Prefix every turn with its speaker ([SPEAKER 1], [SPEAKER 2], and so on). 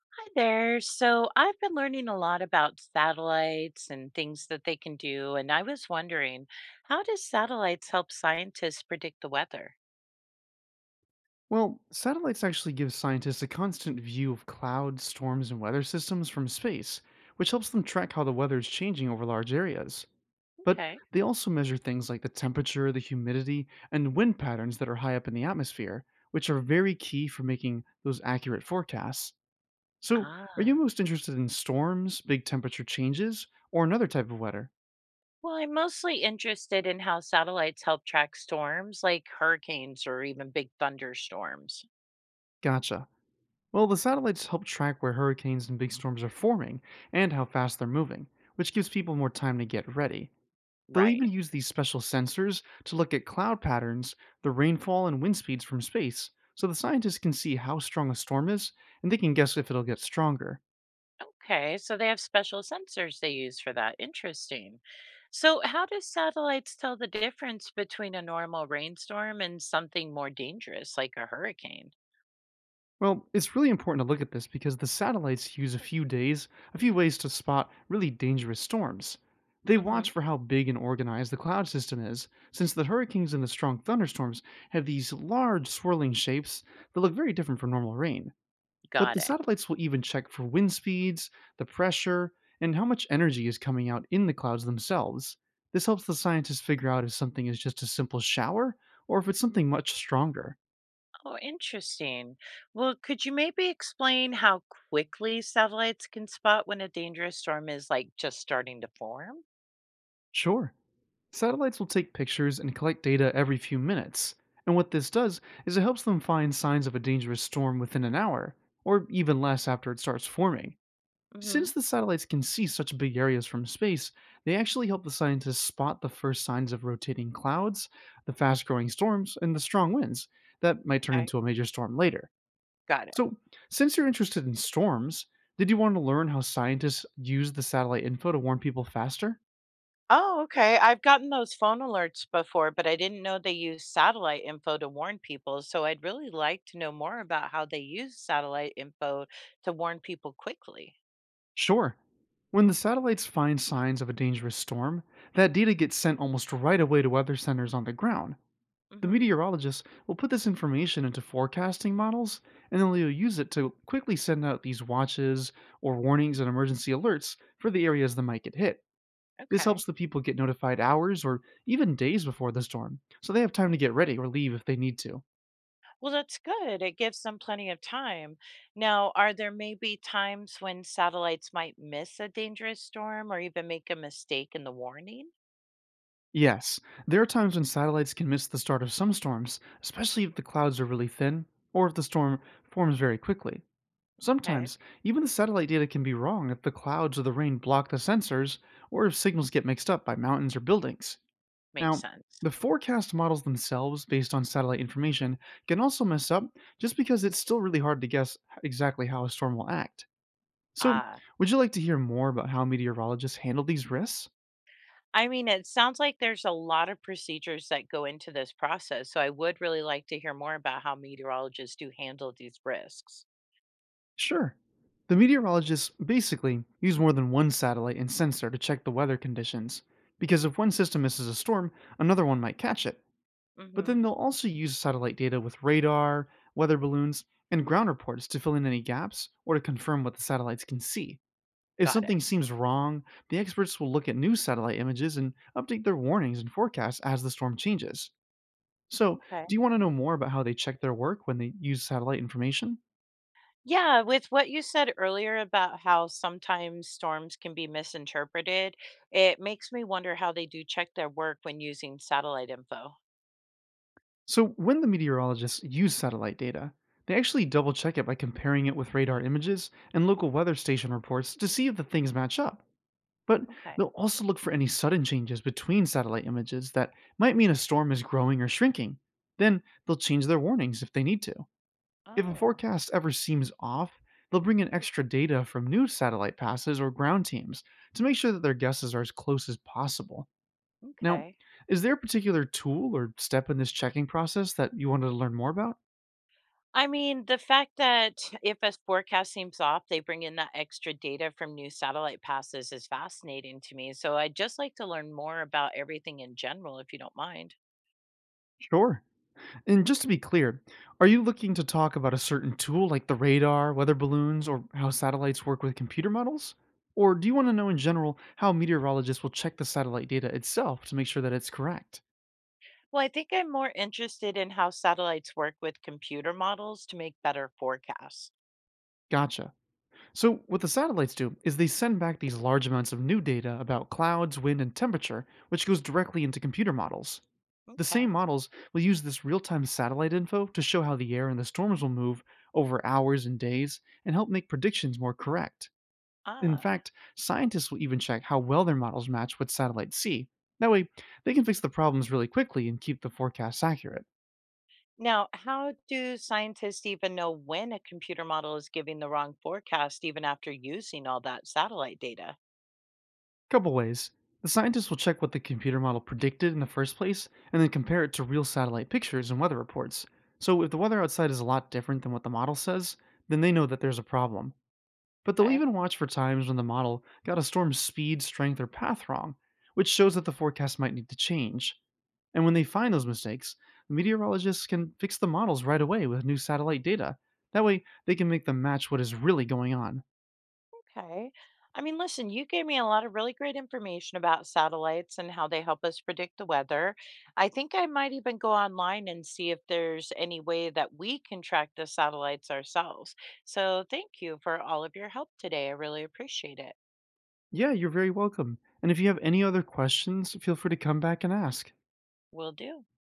[SPEAKER 1] Hi there. So I've been learning a lot about satellites and things that they can do, and I was wondering, how does satellites help scientists predict the weather?
[SPEAKER 2] Well, satellites actually give scientists a constant view of clouds, storms, and weather systems from space, which helps them track how the weather is changing over large areas. But
[SPEAKER 1] Okay.
[SPEAKER 2] they also measure things like the temperature, the humidity, and wind patterns that are high up in the atmosphere, which are very key for making those accurate forecasts. So, are you
[SPEAKER 1] Ah,
[SPEAKER 2] most interested in storms, big temperature changes, or another type of weather?
[SPEAKER 1] well, I'm mostly interested in how satellites help track storms like hurricanes or even big thunderstorms.
[SPEAKER 2] Gotcha. Well, the satellites help track where hurricanes and big storms are forming and how fast they're moving, which gives people more time to get ready. They'll
[SPEAKER 1] Right.
[SPEAKER 2] even use these special sensors to look at cloud patterns, the rainfall, and wind speeds from space, so the scientists can see how strong a storm is and they can guess if it'll get stronger.
[SPEAKER 1] Okay, so they have special sensors they use for that. Interesting. So, how do satellites tell the difference between a normal rainstorm and something more dangerous like a hurricane?
[SPEAKER 2] Well, it's really important to look at this because the satellites use a few ways to spot really dangerous storms. They
[SPEAKER 1] hmm
[SPEAKER 2] watch for how big and organized the cloud system is, since the hurricanes and the strong thunderstorms have these large swirling shapes that look very different from normal rain. But
[SPEAKER 1] Got
[SPEAKER 2] the
[SPEAKER 1] it.
[SPEAKER 2] satellites will even check for wind speeds, the pressure, and how much energy is coming out in the clouds themselves. This helps the scientists figure out if something is just a simple shower or if it's something much stronger.
[SPEAKER 1] Oh, interesting. Well, could you maybe explain how quickly satellites can spot when a dangerous storm is like just starting to form?
[SPEAKER 2] Sure. Satellites will take pictures and collect data every few minutes, and what this does is it helps them find signs of a dangerous storm within an hour, or even less after it starts forming. Since
[SPEAKER 1] hmm
[SPEAKER 2] the satellites can see such big areas from space, they actually help the scientists spot the first signs of rotating clouds, the fast growing storms, and the strong winds that might turn
[SPEAKER 1] Okay,
[SPEAKER 2] into a major storm later.
[SPEAKER 1] got it.
[SPEAKER 2] So, since you're interested in storms, did you want to learn how scientists use the satellite info to warn people faster?
[SPEAKER 1] Oh, okay. I've gotten those phone alerts before, but I didn't know they use satellite info to warn people. So I'd really like to know more about how they use satellite info to warn people quickly.
[SPEAKER 2] Sure. When the satellites find signs of a dangerous storm, that data gets sent almost right away to weather centers on the ground. The
[SPEAKER 1] hmm
[SPEAKER 2] meteorologists will put this information into forecasting models, and then they'll use it to quickly send out these watches or warnings and emergency alerts for the areas that might get hit. This helps
[SPEAKER 1] Okay.
[SPEAKER 2] the people get notified hours or even days before the storm, so they have time to get ready or leave if they need to.
[SPEAKER 1] Well, that's good. It gives them plenty of time. Now, are there maybe times when satellites might miss a dangerous storm or even make a mistake in the warning?
[SPEAKER 2] Yes, there are times when satellites can miss the start of some storms, especially if the clouds are really thin or if the storm forms very quickly.
[SPEAKER 1] Okay,
[SPEAKER 2] Sometimes, even the satellite data can be wrong if the clouds or the rain block the sensors or if signals get mixed up by mountains or buildings.
[SPEAKER 1] makes
[SPEAKER 2] Now,
[SPEAKER 1] sense.
[SPEAKER 2] the forecast models themselves, based on satellite information, can also mess up just because it's still really hard to guess exactly how a storm will act. So,
[SPEAKER 1] Ah,
[SPEAKER 2] would you like to hear more about how meteorologists handle these risks?
[SPEAKER 1] I mean, it sounds like there's a lot of procedures that go into this process. So I would really like to hear more about how meteorologists do handle these risks.
[SPEAKER 2] Sure. The meteorologists basically use more than one satellite and sensor to check the weather conditions, because if one system misses a storm, another one might catch it. But
[SPEAKER 1] Mm-hmm.
[SPEAKER 2] then they'll also use satellite data with radar, weather balloons, and ground reports to fill in any gaps or to confirm what the satellites can see. If
[SPEAKER 1] Got it.
[SPEAKER 2] something seems wrong, the experts will look at new satellite images and update their warnings and forecasts as the storm changes. So,
[SPEAKER 1] Okay.
[SPEAKER 2] do you want to know more about how they check their work when they use satellite information?
[SPEAKER 1] Yeah, with what you said earlier about how sometimes storms can be misinterpreted, it makes me wonder how they do check their work when using satellite info.
[SPEAKER 2] So, when the meteorologists use satellite data, they actually double check it by comparing it with radar images and local weather station reports to see if the things match up. But
[SPEAKER 1] Okay.
[SPEAKER 2] they'll also look for any sudden changes between satellite images that might mean a storm is growing or shrinking. Then they'll change their warnings if they need to. If a
[SPEAKER 1] Oh,
[SPEAKER 2] forecast ever seems off, they'll bring in extra data from new satellite passes or ground teams to make sure that their guesses are as close as possible. Now,
[SPEAKER 1] okay.
[SPEAKER 2] is there a particular tool or step in this checking process that you wanted to learn more about?
[SPEAKER 1] I mean, the fact that if a forecast seems off, they bring in that extra data from new satellite passes is fascinating to me. So I'd just like to learn more about everything in general, if you don't mind.
[SPEAKER 2] Sure. And just to be clear, are you looking to talk about a certain tool like the radar, weather balloons, or how satellites work with computer models? Or do you want to know in general how meteorologists will check the satellite data itself to make sure that it's correct?
[SPEAKER 1] Well, I think I'm more interested in how satellites work with computer models to make better forecasts.
[SPEAKER 2] Gotcha. So, what the satellites do is they send back these large amounts of new data about clouds, wind, and temperature, which goes directly into computer models. The same
[SPEAKER 1] Okay.
[SPEAKER 2] models will use this real time satellite info to show how the air and the storms will move over hours and days and help make predictions more correct. In
[SPEAKER 1] Ah,
[SPEAKER 2] fact, scientists will even check how well their models match what satellites see. That way, they can fix the problems really quickly and keep the forecasts accurate.
[SPEAKER 1] Now, how do scientists even know when a computer model is giving the wrong forecast even after using all that satellite data?
[SPEAKER 2] Couple ways. The scientists will check what the computer model predicted in the first place and then compare it to real satellite pictures and weather reports. So, if the weather outside is a lot different than what the model says, then they know that there's a problem. But they'll
[SPEAKER 1] Okay.
[SPEAKER 2] even watch for times when the model got a storm's speed, strength, or path wrong, which shows that the forecast might need to change. And when they find those mistakes, the meteorologists can fix the models right away with new satellite data. That way, they can make them match what is really going on.
[SPEAKER 1] Okay. I mean, listen, you gave me a lot of really great information about satellites and how they help us predict the weather. I think I might even go online and see if there's any way that we can track the satellites ourselves. So, thank you for all of your help today. I really appreciate it.
[SPEAKER 2] Yeah, you're very welcome. And if you have any other questions, feel free to come back and ask.
[SPEAKER 1] Will do.